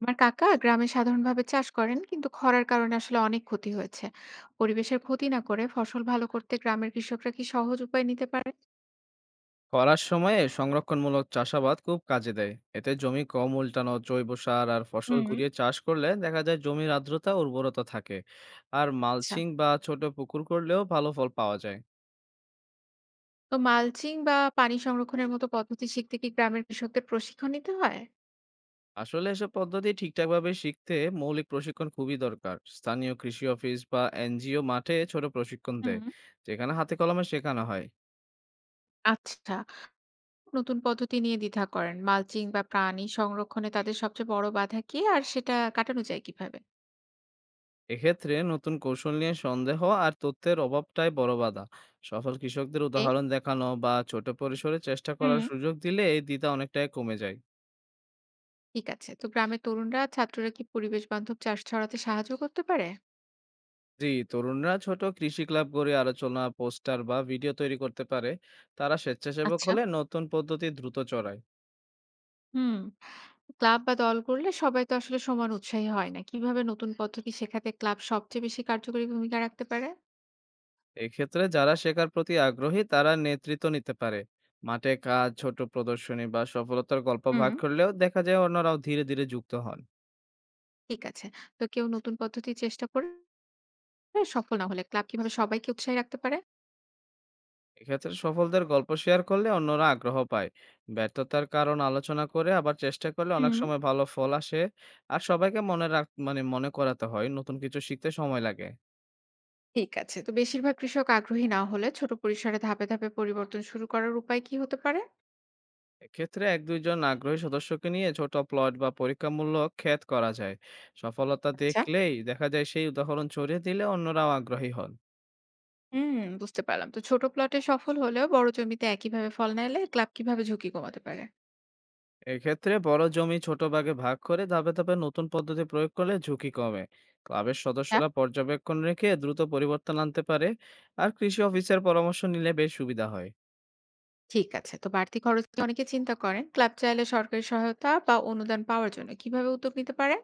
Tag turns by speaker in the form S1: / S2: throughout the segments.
S1: আমার কাকা গ্রামে সাধারণভাবে চাষ করেন, কিন্তু খরার কারণে আসলে অনেক ক্ষতি হয়েছে। পরিবেশের ক্ষতি না করে ফসল ভালো করতে গ্রামের কৃষকরা কি সহজ উপায় নিতে পারে?
S2: খরার সময়ে সংরক্ষণমূলক চাষাবাদ খুব কাজে দেয়। এতে জমি কম উল্টানো, জৈব সার আর ফসল
S1: হুম।
S2: ঘুরিয়ে চাষ করলে দেখা যায় জমির আর্দ্রতা ও উর্বরতা থাকে। আর
S1: আচ্ছা।
S2: মালচিং বা ছোট পুকুর করলেও ভালো ফল পাওয়া যায়।
S1: তো মালচিং বা পানি সংরক্ষণের মতো পদ্ধতি শিখতে কি গ্রামের কৃষকদের প্রশিক্ষণ নিতে হয়?
S2: আসলে এসব পদ্ধতি ঠিকঠাকভাবে শিখতে মৌলিক প্রশিক্ষণ খুবই দরকার। স্থানীয় কৃষি অফিস বা এনজিও মাঠে ছোট প্রশিক্ষণ দেয়,
S1: হুম।
S2: যেখানে হাতে কলমে শেখানো হয়।
S1: আচ্ছা। নতুন পদ্ধতি নিয়ে দ্বিধা করেন মালচিং বা প্রাণী সংরক্ষণে তাদের সবচেয়ে বড় বাধা কি, আর সেটা কাটানো যায় কিভাবে?
S2: এক্ষেত্রে নতুন কৌশল নিয়ে সন্দেহ আর তথ্যের অভাবটাই বড় বাধা। সফল কৃষকদের
S1: এ
S2: উদাহরণ দেখানো বা ছোট পরিসরে চেষ্টা
S1: হুম।
S2: করার সুযোগ দিলে এই দ্বিধা অনেকটাই কমে যায়।
S1: ঠিক আছে। তো গ্রামের তরুণরা, ছাত্ররা কি পরিবেশ বান্ধব চাষ ছড়াতে সাহায্য করতে পারে?
S2: জি, তরুণরা ছোট কৃষি ক্লাব গড়ে আলোচনা, পোস্টার বা ভিডিও তৈরি করতে পারে। তারা স্বেচ্ছাসেবক
S1: আচ্ছা।
S2: হলে নতুন পদ্ধতি দ্রুত চড়ায়।
S1: হুম। ক্লাব বা দল করলে সবাই তো আসলে সমান উৎসাহী হয় না, কিভাবে নতুন পদ্ধতি শেখাতে ক্লাব সবচেয়ে বেশি কার্যকরী ভূমিকা রাখতে পারে?
S2: এক্ষেত্রে যারা শেখার প্রতি আগ্রহী তারা নেতৃত্ব নিতে পারে। মাঠে কাজ, ছোট প্রদর্শনী বা সফলতার গল্প
S1: হুম।
S2: ভাগ করলেও দেখা যায় অন্যরাও ধীরে ধীরে যুক্ত হন।
S1: ঠিক আছে। তো কেউ নতুন পদ্ধতি চেষ্টা করে সফল না হলে ক্লাব কিভাবে সবাইকে উৎসাহী রাখতে পারে?
S2: এক্ষেত্রে সফলদের গল্প শেয়ার করলে অন্যরা আগ্রহ পায়। ব্যর্থতার কারণ আলোচনা করে আবার চেষ্টা করলে অনেক
S1: হুম।
S2: সময় ভালো ফল আসে। আর সবাইকে মনে রাখ মানে মনে করাতে হয় নতুন কিছু শিখতে সময় লাগে।
S1: ঠিক আছে। তো বেশিরভাগ কৃষক আগ্রহী না হলে ছোট পরিসরে ধাপে ধাপে পরিবর্তন শুরু করার উপায় কি হতে পারে?
S2: এক্ষেত্রে এক দুইজন আগ্রহী সদস্যকে নিয়ে ছোট প্লট বা পরীক্ষামূলক ক্ষেত করা যায়। সফলতা
S1: আচ্ছা।
S2: দেখলেই দেখা যায় সেই উদাহরণ ছড়িয়ে দিলে অন্যরাও আগ্রহী হন।
S1: হুম। বুঝতে পারলাম। তো ছোট প্লটে সফল হলেও বড় জমিতে একইভাবে ফল না এলে ক্লাব কিভাবে ঝুঁকি কমাতে পারে?
S2: এক্ষেত্রে বড় জমি ছোট ভাগে ভাগ করে ধাপে ধাপে নতুন পদ্ধতি প্রয়োগ করলে ঝুঁকি কমে। ক্লাবের
S1: হ্যাঁ।
S2: সদস্যরা পর্যবেক্ষণ রেখে দ্রুত পরিবর্তন আনতে পারে। আর কৃষি অফিসের পরামর্শ নিলে বেশ সুবিধা হয়।
S1: ঠিক আছে। তো বাড়তি খরচ নিয়ে অনেকে চিন্তা করেন, ক্লাব চাইলে সরকারি সহায়তা বা অনুদান পাওয়ার জন্য কিভাবে উদ্যোগ নিতে পারে?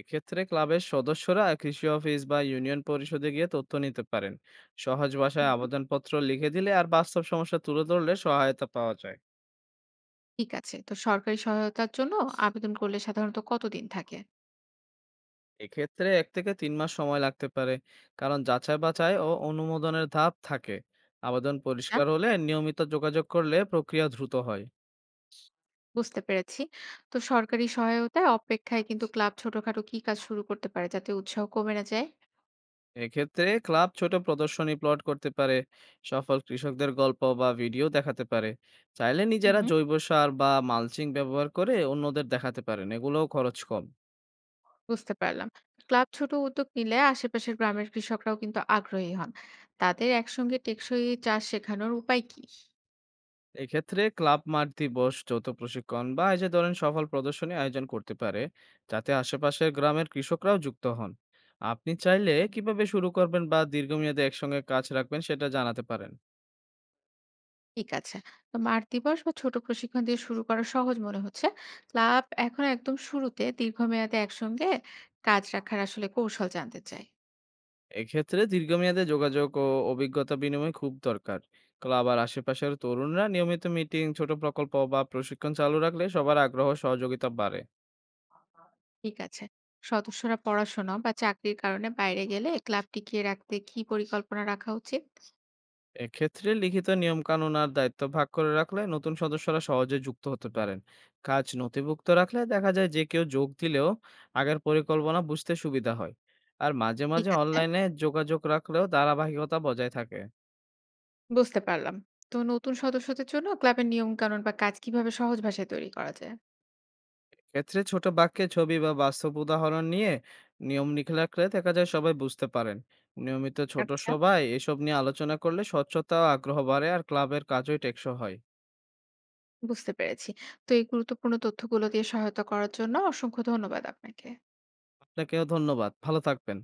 S2: এক্ষেত্রে ক্লাবের সদস্যরা কৃষি অফিস বা ইউনিয়ন পরিষদে গিয়ে তথ্য নিতে পারেন। সহজ ভাষায়
S1: হুম।
S2: আবেদনপত্র লিখে দিলে আর বাস্তব সমস্যা তুলে ধরলে সহায়তা পাওয়া যায়।
S1: ঠিক আছে। তো সরকারি সহায়তার জন্য আবেদন করলে সাধারণত কতদিন থাকে?
S2: এক্ষেত্রে ১ থেকে ৩ মাস সময় লাগতে পারে। কারণ যাচাই-বাছাই ও অনুমোদনের ধাপ থাকে। আবেদন
S1: আচ্ছা।
S2: পরিষ্কার হলে নিয়মিত যোগাযোগ করলে প্রক্রিয়া দ্রুত হয়।
S1: বুঝতে পেরেছি। তো সরকারি সহায়তায় অপেক্ষায়, কিন্তু ক্লাব ছোটখাটো কি কাজ শুরু করতে পারে যাতে উৎসাহ কমে না যায়?
S2: এক্ষেত্রে ক্লাব ছোট প্রদর্শনী প্লট করতে পারে, সফল কৃষকদের গল্প বা ভিডিও দেখাতে পারে। চাইলে
S1: হুম।
S2: নিজেরা জৈব সার বা মালচিং ব্যবহার করে অন্যদের দেখাতে পারেন। এগুলোও খরচ কম।
S1: বুঝতে পারলাম। ক্লাব ছোট উদ্যোগ নিলে আশেপাশের গ্রামের কৃষকরাও কিন্তু আগ্রহী হন, তাদের একসঙ্গে টেকসই চাষ শেখানোর উপায় কি?
S2: এক্ষেত্রে ক্লাব মাঠ দিবস, যৌথ প্রশিক্ষণ বা এই যে ধরেন সফল প্রদর্শনী আয়োজন করতে পারে, যাতে আশেপাশের গ্রামের কৃষকরাও যুক্ত হন। আপনি চাইলে কিভাবে শুরু করবেন বা দীর্ঘমেয়াদে একসঙ্গে কাজ রাখবেন সেটা জানাতে পারেন।
S1: ঠিক আছে। তো মাঠ দিবস বা ছোট প্রশিক্ষণ দিয়ে শুরু করা সহজ মনে হচ্ছে। ক্লাব এখন একদম শুরুতে, দীর্ঘমেয়াদে একসঙ্গে কাজ রাখার আসলে কৌশল জানতে চাই।
S2: এক্ষেত্রে দীর্ঘমেয়াদে যোগাযোগ ও অভিজ্ঞতা বিনিময় খুব দরকার। ক্লাব আর আশেপাশের তরুণরা নিয়মিত মিটিং, ছোট প্রকল্প বা প্রশিক্ষণ চালু রাখলে সবার আগ্রহ ও সহযোগিতা বাড়ে।
S1: ঠিক আছে। সদস্যরা পড়াশোনা বা চাকরির কারণে বাইরে গেলে ক্লাব টিকিয়ে রাখতে কি পরিকল্পনা রাখা উচিত?
S2: এক্ষেত্রে লিখিত নিয়মকানুন আর দায়িত্ব ভাগ করে রাখলে নতুন সদস্যরা সহজে যুক্ত হতে পারেন। কাজ নথিভুক্ত রাখলে দেখা যায় যে কেউ যোগ দিলেও আগের পরিকল্পনা বুঝতে সুবিধা হয়। আর মাঝে
S1: ঠিক
S2: মাঝে
S1: আছে,
S2: অনলাইনে যোগাযোগ রাখলেও ধারাবাহিকতা বজায় থাকে।
S1: বুঝতে পারলাম। তো নতুন সদস্যদের জন্য ক্লাবের নিয়মকানুন বা কাজ কিভাবে সহজ ভাষায় তৈরি করা যায়?
S2: ক্ষেত্রে ছোট বাক্যে ছবি বা বাস্তব উদাহরণ নিয়ে নিয়ম লিখে রাখলে দেখা যায় সবাই বুঝতে পারেন। নিয়মিত ছোট
S1: আচ্ছা।
S2: সভায় এসব নিয়ে আলোচনা করলে স্বচ্ছতা ও আগ্রহ বাড়ে আর ক্লাবের কাজই টেকসই হয়।
S1: বুঝতে পেরেছি। তো এই গুরুত্বপূর্ণ তথ্যগুলো দিয়ে সহায়তা করার জন্য অসংখ্য ধন্যবাদ আপনাকে।
S2: আপনাকেও ধন্যবাদ, ভালো থাকবেন।